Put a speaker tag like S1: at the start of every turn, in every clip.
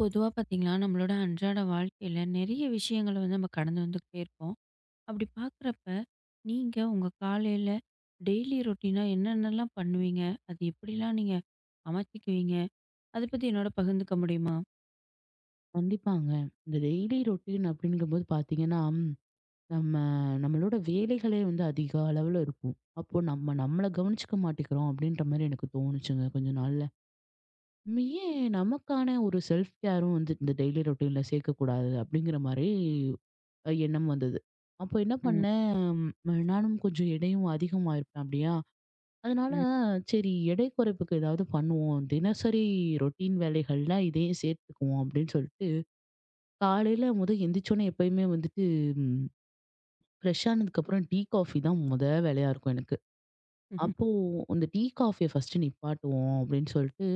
S1: பொதுவாக பார்த்தீங்கன்னா நம்மளோட அன்றாட வாழ்க்கையில் நிறைய விஷயங்களை வந்து நம்ம கடந்து வந்துக்கிட்டே இருப்போம். அப்படி பார்க்குறப்ப நீங்கள் உங்கள் காலையில் டெய்லி ரொட்டீனாக என்னென்னலாம் பண்ணுவீங்க? அது எப்படிலாம் நீங்கள் அமைச்சிக்குவீங்க? அதை பற்றி என்னோட பகிர்ந்துக்க முடியுமா?
S2: கண்டிப்பாங்க. இந்த டெய்லி ரொட்டீன் அப்படிங்கும்போது பார்த்தீங்கன்னா, நம்ம நம்மளோட வேலைகளே வந்து அதிக அளவுல இருக்கும். அப்போ நம்ம நம்மள கவனிச்சுக்க மாட்டேங்கிறோம் அப்படின்ற மாரி எனக்கு தோணுச்சுங்க கொஞ்ச நாள்ல. நம்ம ஏன் நமக்கான ஒரு செல்ஃப் கேரும் வந்து இந்த டெய்லி ரொட்டீன்ல சேர்க்கக்கூடாது அப்படிங்கிற மாரி எண்ணம் வந்தது. அப்போ என்ன
S1: ம்.
S2: பண்ணேன், நானும் கொஞ்சம் எடையும் அதிகமாயிருப்பேன் அப்படியா, அதனால
S1: ம்.
S2: சரி எடை குறைப்புக்கு ஏதாவது பண்ணுவோம். தினசரி ரொட்டீன் வேலைகள்ல இதையும் சேர்த்துக்குவோம் அப்படின்னு சொல்லிட்டு காலையில முத எந்திரிச்சோனே எப்பயுமே வந்துட்டு ம், ஃப்ரெஷ் ஆனதுக்கப்புறம் டீ, காஃபி தான் முத வேலையா இருக்கும் எனக்கு.
S1: ம்ஹும்.
S2: அப்போ அந்த டீ, காஃபிய ஃபர்ஸ்ட்டு நிப்பாட்டுவோம் அப்படின்னு சொல்லிட்டு,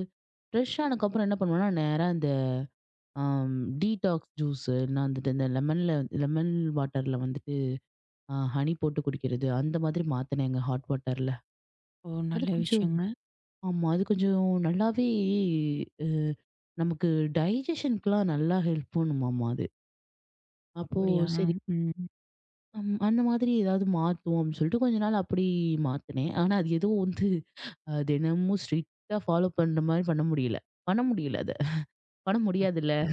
S2: ஃப்ரெஷ் ஆனதுக்கப்புறம் என்ன பண்ணுவேன்னா, நேரா இந்த அம் டீடாக்ஸ் ஜூஸ் இல்லன்னா வந்துட்டு இந்த லெமன் வாட்டர்ல வந்துட்டு ஹனி போட்டு குடிக்கிறது, அந்த மாதிரி மாத்துனேங்க ஹாட் வாட்டர்ல.
S1: ஓ,
S2: அது
S1: நல்ல
S2: கொஞ்சம்
S1: விஷயங்க.
S2: ஆமா. அது கொஞ்சம் நல்லாவே அ நமக்கு டைஜஷனுக்குலாம் நல்லா ஹெல்ப் பண்ணுமாமா அது. அப்போ
S1: அப்படியா?
S2: சரி
S1: ம்.
S2: அந்த மாதிரி ஏதாவது மாத்துவோம் அப்படின்னு சொல்லிட்டு கொஞ்ச நாள் அப்படி மாத்துனேன். ஆனா அது ஏதோ வந்து தினமும் ஸ்ட்ரிக்ட்டா ஃபாலோ பண்ற மாரி பண்ண முடியல. பண்ண முடியல அத. பண்ண முடியாதுல்ல.
S1: அச்சோ.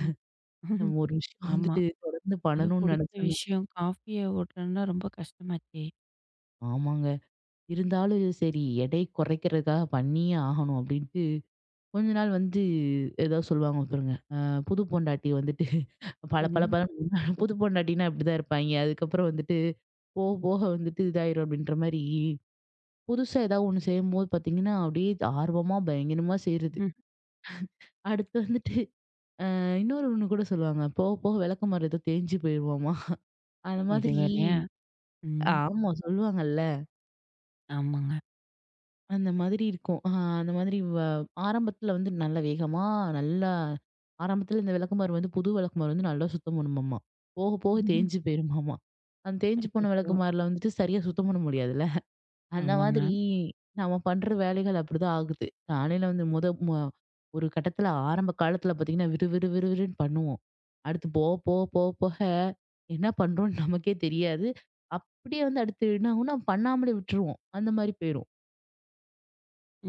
S2: நம்ம ஒரு விஷயம் வந்துட்டு
S1: ஆமாம்,
S2: தொடர்ந்து
S1: அது
S2: பண்ணணும்னு
S1: பிடிச்ச
S2: நெனச்சோம்னா
S1: விஷயம். காஃபியை ஓட்டுறதுன்னா ரொம்ப கஷ்டமாச்சே.
S2: ஆமாங்க. இருந்தாலும் இது சரி எடை குறைக்கிறதுக்காக பண்ணியே ஆகணும் அப்படின்ட்டு கொஞ்ச நாள் வந்து ஏதோ சொல்லுவாங்க பாருங்க. புது பொண்டாட்டி வந்துட்டு பல பல
S1: ம்.
S2: பலன்னு புது பொண்டாட்டின்னா இப்படிதான் இருப்பாய்ங்க. அதுக்கப்புறம் வந்துட்டு போக போக வந்துட்டு இதாயிரும் அப்படின்ற மாரி புதுசா ஏதாவது ஒண்ணு செய்யும்போது பார்த்தீங்கன்னா, அப்படியே ஆர்வமா, பயங்கரமா செய்றது.
S1: ம்ஹும்.
S2: அடுத்து வந்துட்டு இன்னொரு ஒண்ணு கூட சொல்லுவாங்க. போக போக விளக்கமாறு ஏதோ தேஞ்சு போயிருமாமா. அந்த
S1: இது
S2: மாதிரி
S1: வேறையா? ம்.
S2: ஆமா சொல்லுவாங்கல்ல.
S1: ஆமாங்க.
S2: அந்த மாதிரி இருக்கும். அ அந்த மாதிரி வ ஆரம்பத்தில வந்து நல்ல வேகமா, நல்லா ஆரம்பத்தில இந்த விளக்கமாறு வந்து புது விளக்குமாறு வந்து நல்லா சுத்தம் பண்ணுமாமா. போக போக
S1: ம்ஹும்.
S2: தேஞ்சு போயிருமாமா. அந்த தேஞ்சு போன
S1: அச்சோ.
S2: விளக்குமாறுல வந்துட்டு சரியா சுத்தம் பண்ண முடியாதுல்ல. அந்த
S1: ஆமாங்க.
S2: மாதிரி நம்ம பண்ற வேலைகள் அப்படிதான் ஆகுது. காலையில வந்து முத ம ஒரு கட்டத்துல ஆரம்ப காலத்துல பாத்தீங்கன்னா விறு விறு விறுவிறுன்னு பண்ணுவோம். அடுத்து போக போக என்ன பண்றோம்னு நமக்கே தெரியாது. அப்படியே வந்து அடுத்து என்ன ஆகும்னா பண்ணாமலே விட்டுருவோம். அந்த மாதிரி போயிரும்.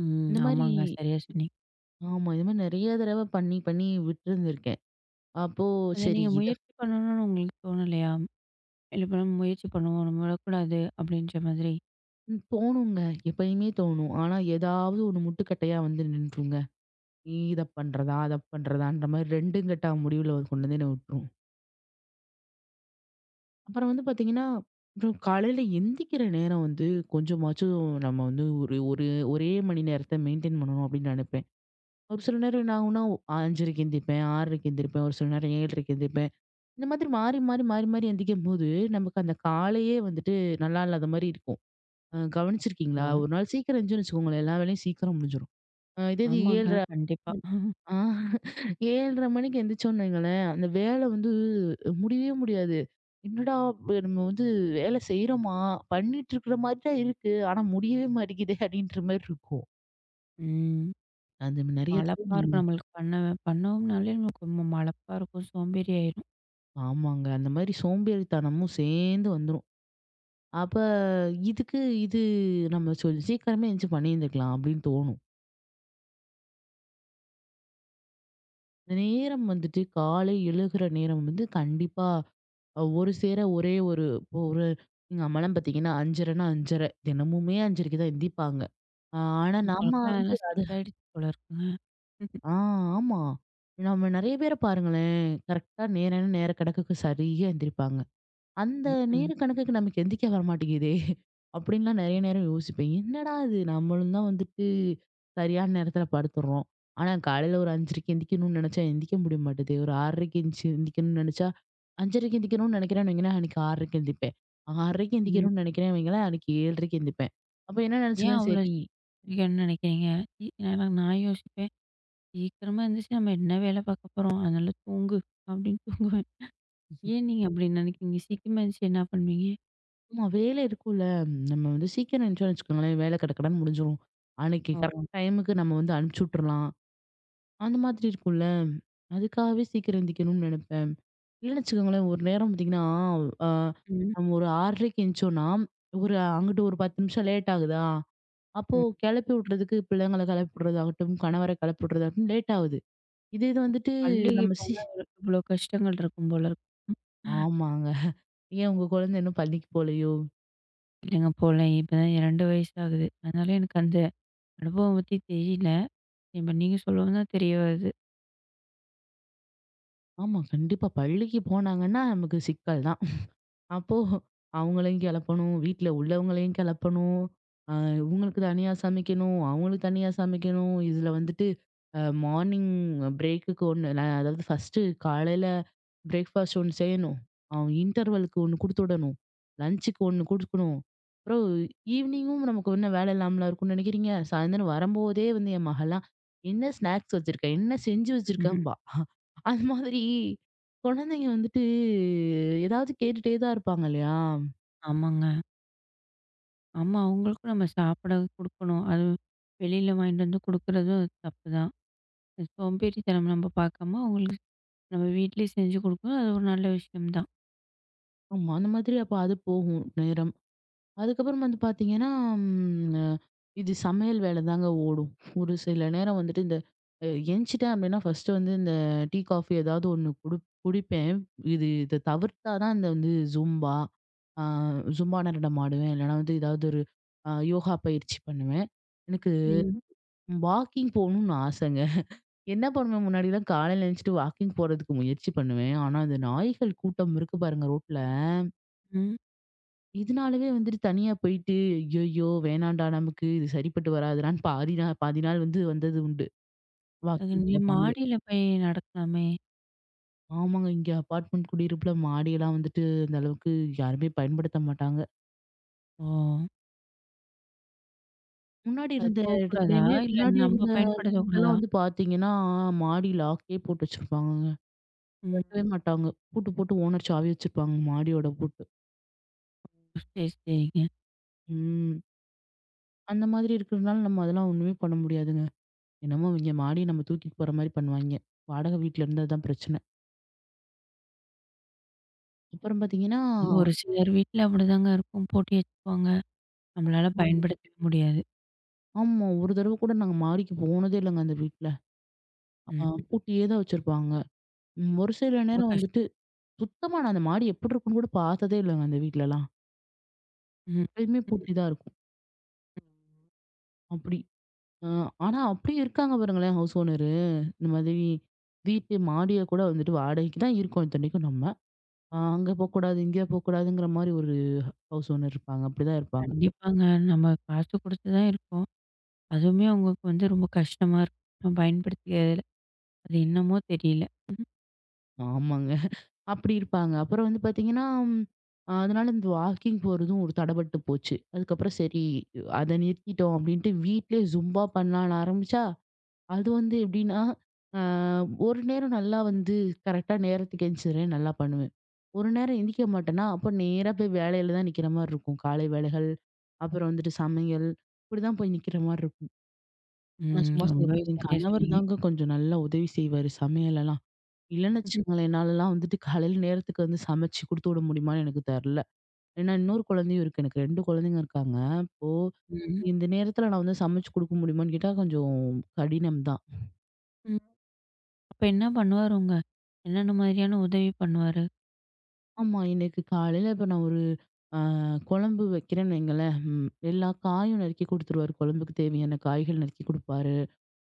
S1: ம்.
S2: இந்த மாதிரி
S1: ஆமாங்க. சரியா சொன்னீங்க.
S2: ஆமா. இந்த மாதிரி நிறைய தடவை பண்ணி பண்ணி விட்டுருந்துருக்கேன். அப்போ
S1: அத
S2: சரி
S1: நீங்க
S2: இத
S1: முயற்சி பண்ணணும்னு உங்களுக்கு தோணலையா? இல்ல, இப்ப நம்ம முயற்சி பண்ணுவோம். நம்ம விடக்கூடாது அப்டின்ற மாதிரி?
S2: தோணுங்க. எப்பயுமே தோணும். ஆனா ஏதாவது ஒரு முட்டுக்கட்டையா வந்து நின்றுங்க. இத பண்றதா? அத பண்றதான்ற மாதிரி 2 கட்டா முடிவுல கொண்டு வந்து என்ன விட்டுரும். அப்புறம் வந்து பாத்தீங்கன்னா, அப்புறம் காலையில எந்திக்கிற நேரம் வந்து கொஞ்சமாச்சும் நம்ம வந்து ஒரு ஒரு ஒரே மணி நேரத்த மெயின்டெயின் பண்ணணும் அப்படின்னு நினைப்பேன். ஒரு சில நேரம் என்ன ஆகும்னா 5:30க்கு எந்திரிப்பேன், 6:00க்கு எந்திரிப்பேன், ஒரு சில நேரம் 7:30க்கு எந்திரிப்பேன். இந்த மாதிரி மாறி, மாறி, மாறி, மாறி எந்திரிக்கும்போது, நமக்கு அந்த காலையே வந்துட்டு நல்லா இல்லாத மாரி இருக்கும். கவனிச்சிருக்கீங்களா?
S1: அச்சச்சோ!
S2: ஒரு நாள் சீக்கிரம் எந்திரிச்சோம்னு வச்சுக்கோங்களேன், எல்லா வேலையும் சீக்கிரம் முடிஞ்சிரும். அ இதே இது
S1: ஆமாங்க.
S2: 7:30
S1: கண்டிப்பா.
S2: ஆ 7:30 மணிக்கு எந்திரிச்சோம்னு வைங்களேன், அந்த வேலை வந்து முடியவே முடியாது. என்னடா இப்ப நம்ம வந்து வேலை செய்றோமா? பண்ணிட்டு இருக்கிற மாதிரி தான் இருக்கு. ஆனா முடியவே மாட்டேங்குதே அப்படின்ற மாரி இருக்கும்.
S1: ம்.
S2: அது நெறைய தடவ
S1: மலப்பா இருக்கும்.
S2: நம்ம
S1: நம்மளுக்கு பண்ண பண்ணோம்னாலே நமக்கு ரொம்ப மலப்பா இருக்கும். சோம்பேறி ஆயிரும்.
S2: ஆமாங்க. அந்த மாதிரி சோம்பேறித்தனமும் சேர்ந்து வந்துரும். அப்ப இதுக்கு இது நம்ம சீக்கிரமே எந்திரிச்சு பண்ணியிருந்துக்கலாம் அப்படின்னு தோணும். இந்த நேரம் வந்துட்டு காலை எழுகிற நேரம் வந்து கண்டிப்பா ஒரு சேர ஒரே ஒரு இப்போ ஒரு எங்க அம்மாலாம் பாத்தீங்கன்னா அஞ்சரைன்னா அஞ்சரை தினமுமே அஞ்சரைக்கு தான் எந்திப்பாங்க ஆனா நம்ம
S1: உங்களுக்குலாம்
S2: வந்து
S1: அதெல்லாம்
S2: அது
S1: செட் ஆயிடுச்சு போல இருக்குங்க.
S2: ஆ ஆமா நம்ம நிறைய பேரை பாருங்களேன் கரெக்டா நேரம் நேர கிடக்குக்கு சரியா எந்திரிப்பாங்க அந்த
S1: ம், ம்,
S2: நேர கணக்குக்கு நமக்கு எந்திரிக்க வரமாட்டேங்குதே! அப்டின்லாம் நெறைய நேரம் யோசிப்பேன். என்னடா இது நம்மளும் தான் வந்துட்டு சரியான நேரத்துல படுத்துடுறோம். ஆனா காலையில ஒரு 5:30க்கு எந்திரிக்கணும்னு நெனச்சா எந்திரிக்க முடிய மாட்டேது. ஒரு 6:30க்கு எந்திரிச்சு எந்திரிக்கணும்னு நெனச்சா 5:30க்கு எந்திரிக்கணும்னு நெனைக்கிறேன்னு வைங்களேன், அன்னைக்கு 6:30க்கு எந்திரிப்பேன். 6:30க்கு
S1: ம்.
S2: எந்திரிக்கணும்னு நெனைக்கிறேன்னு வைங்களேன், அன்னைக்கு 7:30க்கு எந்திரிப்பேன். அப்ப என்ன
S1: ஏன்
S2: நெனச்சுக்குவேன்,
S1: அவ்வளோ
S2: சரி
S1: சீக்கிரம்னு நெனைக்கிறீங்க? நான் நான் யோசிப்பேன். சீக்கிரமா எந்திரிச்சு நம்ம என்ன வேல பார்க்க போறோம்? அதனால தூங்கு அப்டின்னு தூங்குவேன். ஏன் நீங்க அப்படி நினைக்கிறீங்க? சீக்கிரமா எந்திரிச்சு என்ன பண்ணுவீங்க?
S2: ஆமா வேலை இருக்கும்ல. நம்ம வந்து சீக்கிரம் எந்திரிச்சோம்னு வச்சுக்கோங்களேன், வேலை கடகடன்னு முடிஞ்சிரும். அன்னைக்கு
S1: ஓ!
S2: கரெக்ட் டைமுக்கு நம்ம வந்து அனுப்பிச்சு விட்டுறலாம். அந்த மாதிரி இருக்கும்ல. அதுக்காகவே சீக்கிரம் எந்திரிக்கணும்னு நெனப்பேன். இல்லன்னு வச்சுக்கோங்களேன், ஒரு நேரம் பார்த்தீங்கன்னா, அ
S1: ம்.
S2: நம்ம ஒரு 6:30க்கு எந்திச்சோம்னா, ஒரு அங்கிட்டு ஒரு 10 நிமிஷம் லேட் ஆகுதா, அப்போ
S1: ம்.
S2: கெளப்பி விட்றதுக்கு பிள்ளைங்கள கெளப்பி விட்றதாகட்டும், கணவர கெளப்பி விட்றதாகட்டும் லேட் ஆகுது. இது இது வந்துட்டு
S1: பள்ளிக்கு
S2: நம்ம சி
S1: போனா அவருக்கு இவ்வளோ கஷ்டங்கள் இருக்கும் போல இருக்கு. ம்.
S2: ஆமாங்க. ஏன் உங்க குழந்தை இன்னும் பள்ளிக்கு போலயோ?
S1: இல்லைங்க போல. இப்பதான் 2 வயசு ஆகுது. அதனால எனக்கு அந்த அனுபவம் பத்தி தெரியல. இப்ப நீங்க சொல்லவும் தான் தெரிய வருது.
S2: ஆமா, கண்டிப்பா. பள்ளிக்கு போனாங்கன்னா நமக்கு சிக்கல் தான். அப்போ அவங்களையும் கிளப்பணும், வீட்ல உள்ளவங்களையும் கிளப்பணும். அ இவங்களுக்கு தனியா சமைக்கணும், அவங்களுக்கு தனியா சமைக்கணும். இதுல வந்துட்டு மார்னிங் பிரேக்குக்கு ஒண்ணு அதாவது ஃபர்ஸ்ட்டு காலையில பிரேக்ஃபாஸ்ட் ஒண்ணு செய்யணும். அவன் இன்டர்வலுக்கு ஒண்ணு குடுத்து விடணும். லஞ்சுக்கு ஒண்ணு குடுக்கணும். அப்புறம் ஈவினிங்கும் நமக்கு ஒன்னும் வேலை இல்லாமலா இருக்கும்னு நினைக்கிறீங்க? சாயந்தரம் வரும்போதே வந்து என் மகள்லாம், "என்ன ஸ்நாக்ஸ் வச்சிருக்க? என்ன செஞ்சு
S1: ம்ஹ்ம்.
S2: வச்சிருக்கம்பா?" அது மாதிரி குழந்தைங்க வந்துட்டு ஏதாவது கேட்டுட்டே தான் இருப்பாங்க இல்லையா?
S1: ஆமாங்க. ஆமா, அவங்களுக்கும் நம்ம சாப்பிட குடுக்கணும். அது வெளியில வாங்கிட்டு வந்து குடுக்குறதும் தப்பு தான். சோம்பேறித்தனம் நம்ம பார்க்காம, அவங்களுக்கு நம்ம வீட்லயே செஞ்சு குடுக்கணும். அது ஒரு நல்ல விஷயம் தான்.
S2: ஆமா. அந்த மாதிரி அப்ப அது போகும் நேரம். அதுக்கப்புறம் வந்து பார்த்தீங்கன்னா, ம் அ இது சமையல் வேலைதாங்க ஓடும். ஒரு சில நேரம் வந்துட்டு இந்த அ எந்திச்சிட்டேன் அப்படின்னா, ஃபர்ஸ்ட்டு வந்து இந்த டீ, காஃபி ஏதாவது ஒண்ணு குடிப்பேன். இத தவிர்த்தா தான் இந்த வந்து ஆ ஜும்பா நடனம் ஆடுவேன். இல்லைனா வந்து ஏதாவது ஒரு யோகா பயிற்சி பண்ணுவேன். எனக்கு
S1: ம்.
S2: வாக்கிங் போகணும்னு ஆசைங்க. என்ன பண்ணுவேன் முன்னாடிலாம் காலையில எழுந்துட்டு வாக்கிங் போறதுக்கு முயற்சி பண்ணுவேன். ஆனா, அந்த நாய்கள் கூட்டம் இருக்கு பாருங்க ரோட்ல.
S1: ம்.
S2: இதனாலவே வந்துட்டு தனியா போயிட்டு, ஐயய்யோ! வேணாம்டா நமக்கு இது சரிப்பட்டு வராதுடான்னு பாதி நாள் வந்து வந்தது உண்டு.
S1: அது
S2: வாக்கிங்
S1: நீங்க
S2: போகாமலே.
S1: மாடியில போய் நடக்கலாமே!
S2: ஆமாங்க. இங்க அபார்ட்மெண்ட் குடியிருப்புல மாடியெல்லாம் வந்துட்டு அந்த அளவுக்கு யாருமே பயன்படுத்த மாட்டாங்க.
S1: ஓ!
S2: முன்னாடி
S1: அது
S2: இருந்த
S1: போக்கூடாதா?
S2: இடத்துலயுமே
S1: இல்ல
S2: முன்னாடி
S1: நம்ம
S2: இருந்த
S1: பயன்படுத்தக்கூடாதா?
S2: வீட்லலாம் வந்து பார்த்தீங்கன்னா, மாடி லாக்கே போட்டு வச்சிருப்பாங்கங்க.
S1: ம்.
S2: வெட்டவே மாட்டாங்க. பூட்டு போட்டு ஓனர் சாவி வச்சிருப்பாங்க மாடியோட பூட்டு.
S1: சரி, சரிங்க.
S2: ம். அந்த மாதிரி இருக்கிறதுனால நம்ம அதெல்லாம் ஒண்ணுமே பண்ண முடியாதுங்க. என்னமோ இவிங்க மாடிய நம்ம தூக்கிட்டு போற மாரி பண்ணுவாய்ங்க. வாடகை வீட்ல இருந்தா அதான் பிரச்சனை. அப்புறம் பார்த்தீங்கன்னா
S1: அது ஒரு சிலர் வீட்ல அப்படிதாங்க இருக்கும். போட்டு வச்சுக்குவாங்க. நம்மளால
S2: ஆமா.
S1: பயன்படுத்தவே முடியாது.
S2: ஆமா, ஒரு தடவ கூட நாங்க மாடிக்கு போனதே இல்லங்க அந்த வீட்ல.
S1: ம்.
S2: ஆ பூட்டியே தான் வச்சிருப்பாங்க. ஒரு சில
S1: ரொம்ப
S2: நேரம்
S1: கஷ்டம்.
S2: வந்துட்டு சுத்தமா நான் அந்த மாடி எப்படி இருக்குன்னு கூட பார்த்ததே இல்லங்க அந்த வீட்லலாம்.
S1: ம்.
S2: எப்பயுமே
S1: ம்.
S2: பூட்டி தான் இருக்கும். அப்படி. அ ஆனா அப்படியும் இருக்காங்க பாருங்களேன் ஹவுஸ் ஓனரு. இந்த மாதிரி வீட்டு மாடிய கூட வந்துட்டு வாடகைக்கு தான் இருக்கோம் இத்தனைக்கும் நம்ம. அங்க போக்கூடாது, இங்க போக்கூடாதுங்கிற மாரி ஒரு ஹவுஸ் ஓனர் இருப்பாங்க. அப்படிதான் இருப்பாங்க.
S1: கண்டிப்பாங்க. நம்ம காசு குடுத்து தான் இருக்கோம். அதுவுமே அவங்களுக்கு வந்து ரொம்ப கஷ்டமா இருக்கு நம்ம பயன்படுத்திக்கிறதுல. அது என்னமோ தெரியல. ம்.
S2: ஆமாங்க. அப்படி இருப்பாங்க. அப்புறம் வந்து பாத்தீங்கன்னா, ம் அதனால இந்த வாக்கிங் போறதும் ஒரு தடபட்டு போச்சு. அதுக்கப்புறம் சரி அத நிறுத்திட்டோம் அப்படின்ட்டு வீட்லயே ஜும்பா பண்ணலான்னு ஆரம்பிச்சா, அது வந்து எப்படின்னா, அ ஒரு நேரம் நல்லா வந்து கரெக்ட்டா நேரத்துக்கு எந்திச்சிடுறேன், நல்லா பண்ணுவேன். ஒரு நேரம் எந்திரிக்க மாட்டேன்னா, அப்ப நேரா போய் வேலையில தான் நிக்கிற மாரி இருக்கும். காலை வேலைகள், அப்புறம் வந்துட்டு சமையல், இப்படிதான் போய் நிக்கிற மாரி இருக்கும். நான்
S1: ம்.
S2: சும்மா
S1: ரொம்பவே
S2: சொல்லக்கூடாது. என்
S1: சரியா
S2: கணவர்
S1: சொன்னீங்க.
S2: தாங்க கொஞ்சம் நல்லா உதவி செய்வாரு சமையலெல்லாம். இல்லன்னு வச்சுக்கோங்களேன், என்னாலலாம் வந்துட்டு காலையில நேரத்துக்கு வந்து சமைச்சு குடுத்து விட முடியுமான்னு எனக்கு தெர்ல. ஏன்னா இன்னொரு குழந்தையும் இருக்கு. எனக்கு 2 குழந்தைங்க இருக்காங்க. இப்போ
S1: ம்.
S2: இந்த நேரத்துல நான் வந்து சமைச்சு குடுக்க முடியுமான்னு கேட்டா கொஞ்சம் கடினம் தான்.
S1: ம். அப்ப என்ன பண்ணுவாரு உங்க? என்னென்ன மாதிரியான உதவி பண்ணுவாரு?
S2: ஆமா, இன்னைக்கு காலையில இப்ப நான் ஒரு அ குழம்பு வைக்கிறேன்னு வைங்களேன், எல்லா காயும் நறுக்கி குடுத்துருவாரு. குழம்புக்கு தேவையான காய்கள் நறுக்கி குடுப்பாரு.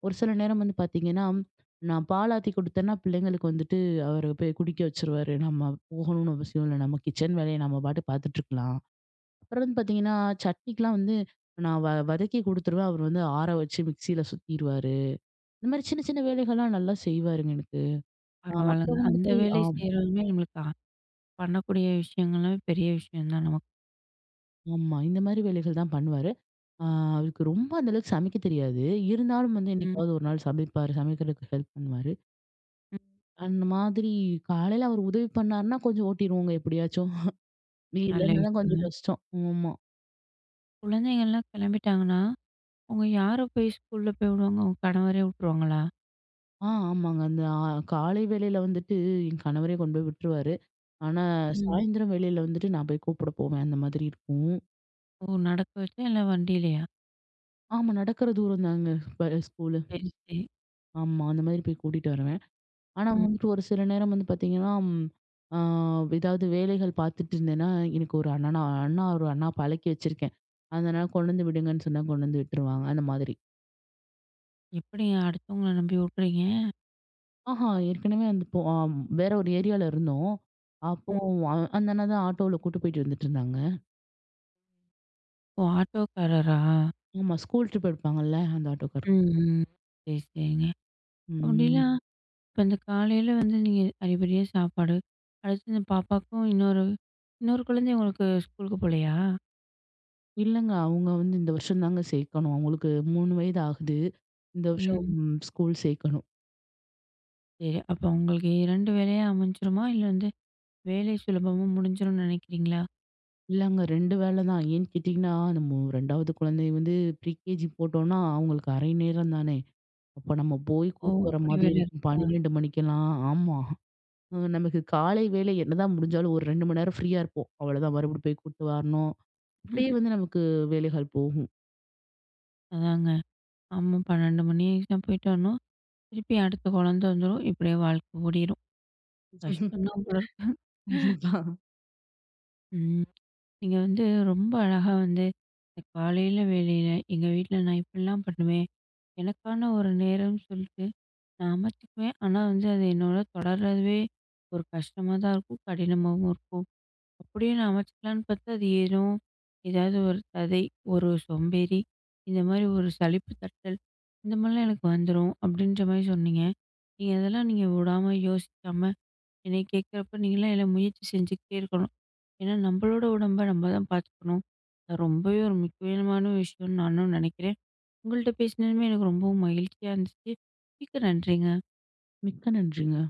S2: ஒரு சில நேரம் வந்து பாத்தீங்கன்னா, நான் பாலாத்தி குடுத்தேன்னா பிள்ளைங்களுக்கு வந்துட்டு அவரு போய் குடிக்க வச்சுருவாரு. நம்ம போகணும்னு அவசியம் இல்ல. நம்ம கிச்சன் வேலைய நம்ம பாட்டுக்கு பாத்துட்டு இருக்கலாம். அப்புறம் வந்து பார்த்தீங்கன்னா, சட்னிக்குலாம் வந்து நான் வதக்கி குடுத்துருவேன். அவர் வந்து ஆற வச்சு மிக்ஸியில சுத்திருவாரு. இந்த மாரி சின்ன சின்ன வேலைகள்லாம் நல்லா செய்வாருங்க எனக்கு. அ
S1: பரவால்லங்க.
S2: அப்புறம்
S1: அந்த
S2: வந்துட்டு
S1: வேலை
S2: ஆம்
S1: செய்றதுமே நம்மளுக்கு பண்ணக்கூடிய விஷயங்கள்லாம் பெரிய விஷயம் தான் நமக்கு.
S2: ஆமா. இந்த மாரி வேலைகள் தான் பண்ணுவாரு. அ அவருக்கு ரொம்ப அந்த அளவுக்கு சமைக்க தெரியாது. இருந்தாலும் வந்து
S1: ம்.
S2: என்னைக்காவது ஒரு நாள் சமைப்பாரு. சமைக்கிறதுக்கு ஹெல்ப் பண்ணுவாரு.
S1: ம்.
S2: அந்த மாதிரி காலையில அவர் உதவி பண்ணாருன்னா, கொஞ்சம் ஓட்டிருவோங்க எப்படியாச்சும்.
S1: நல்ல
S2: இல்லன்னா தான் கொஞ்சம்
S1: விஷயங்க.
S2: கஷ்டம். ஆமா.
S1: குழந்தைங்கள்லாம் கிளம்பிட்டாங்கன்னா, அவங்க யார போய் ஸ்கூல்ல போய் விடுவாங்க? உங்க கணவரே விட்டுருவாங்களா?
S2: ஆமாங்க. அந்த ஆ காலை வேளையில வந்துட்டு என் கணவரே கொண்டு போய் விட்டுருவாரு. ஆனா, சரி.
S1: ம்.
S2: சாயந்திரம் வேளையில வந்துட்டு நான் போய் கூப்பிட போவேன். அந்த மாதிரி இருக்கும்.
S1: ஓ! நடக்க வச்சா இல்ல வண்டியிலயா?
S2: ஆமா நடக்கிற தூரம் தாங்க ப ஸ்கூலு.
S1: சரி, சரி.
S2: ஆமா அந்த மாதிரி போய் கூட்டிட்டு வருவேன். ஆனா
S1: ம்.
S2: வந்துட்டு ஒரு சில நேரம் வந்து பார்த்தீங்கன்னா, ம் ஆ ஏதாவது வேலைகள் பார்த்துட்டு இருந்தேன்னா, எனக்கு ஒரு அண்ணனா அண்ணா ஒரு அண்ணா பழக்கி வச்சிருக்கேன். அதனால கொண்டு வந்து விடுங்கன்னு சொன்னா கொண்டு வந்து விட்டுருவாங்க. அந்த மாதிரி.
S1: எப்படிங்க அடுத்தவங்கள நம்பி விட்றீங்க?
S2: ஏற்கனவே அந்த போ ஆ வேற ஒரு ஏரியால இருந்தோம். அப்போ
S1: ம்.
S2: அந்த அண்ணா தான் ஆட்டோல கூட்டு போயிட்டு வந்துட்டு இருந்தாங்க.
S1: ஓ! ஆட்டோக்காரரா?
S2: ஆமா. ஸ்கூல் ட்ரிப் எடுப்பாங்கல்ல, அந்த ஆட்டோக்கார்.
S1: ம். ம். சரி, சரிங்க. அப்படின்னா,
S2: ம்.
S1: இப்ப இந்த காலையில வந்து நீங்க அரிபரியா சாப்பாடு, அடுத்து இந்த பாப்பாக்கும் இன்னொரு இன்னொரு குழந்தை உங்களுக்கு ஸ்கூலுக்கு போலயா?
S2: இல்லங்க. அவங்க வந்து இந்த வருஷம் தாங்க சேர்க்கணும். அவங்களுக்கு 3 வயது ஆகுது. இந்த வருஷம்
S1: ம்.
S2: ஸ்கூல் சேர்க்கணும்.
S1: சரி. அப்ப உங்களுக்கு 2 வேலையா அமைஞ்சிருமா? இல்ல வந்து வேலை சுலபமா முடிஞ்சிரும்னு நினைக்கிறீங்களா?
S2: இல்லங்க 2 வேல தான். ஏன்னு கேட்டீங்கன்னா, நம்ம 2வது குழந்தைய வந்து ப்ரீகேஜி போட்டோம்னா, அவங்களுக்கு அரை நேரம் தானே. அப்ப நம்ம போய்
S1: ஓ!
S2: கூட்டு வர
S1: அப்படி
S2: மாதிரி
S1: வேற
S2: இருக்கும்.
S1: இருக்கா?
S2: 12 மணிக்கெல்லாம். ஆமா. நமக்கு காலை வேலை என்னதான் முடிஞ்சாலும் ஒரு 2 மணி நேரம் ஃப்ரீயா இருப்போம். அவ்வளோதான் மறுபடியும் போய் கூட்டு வரணும். அப்படியே
S1: ம்ஹும்.
S2: வந்து நமக்கு வேலைகள் போகும்.
S1: அதாங்க. ஆமா, 12 மணி ஆயிடுச்சுனா போயிட்டு வரணும். திருப்பி அடுத்த குழந்தை வந்துரும். இப்படியே வாழ்க்கை ஓடிரும். கஷ்டம்தான் போல இருக்கு.
S2: கண்டிப்பா.
S1: ம். நீங்க வந்து ரொம்ப அழகா வந்து இந்த காலையில வேலையில, எங்க வீட்ல நான் இப்படிலாம் பண்ணுவேன், எனக்கான ஒரு நேரம் சொல்லிட்டு நான் அமைச்சுக்குவேன். ஆனா வந்து அது என்னோட தொடர்றதுவே ஒரு கஷ்டமா தான் இருக்கும். கடினமாவும் இருக்கும். அப்படியே நான் அமைச்சுக்கலான்னு பார்த்தா, அது ஏனோ ஏதாவது ஒரு கதை, ஒரு சோம்பேறி, இந்த மாரி ஒரு சலிப்பு தட்டல், இந்த மாரிலாம் எனக்கு வந்துரும் அப்படின்ற மாரி சொன்னீங்க. நீங்க அதெல்லாம் நீங்க விடாம யோசிக்காம, என்னைய கேட்குறப்ப நீங்களாம் எல்லாம் முயற்சி செஞ்சுக்கிட்டே இருக்கணும். ஏன்னா நம்மளோட உடம்ப நம்ம தான் பார்த்துக்கணும். அது ரொம்பவே ஒரு முக்கியமான விஷயம்னு நானும் நினைக்கிறேன். உங்கள்ட்ட பேசினதுமே எனக்கு ரொம்பவும் மகிழ்ச்சியா இருந்துச்சு. மிக்க நன்றிங்க.
S2: மிக்க நன்றிங்க.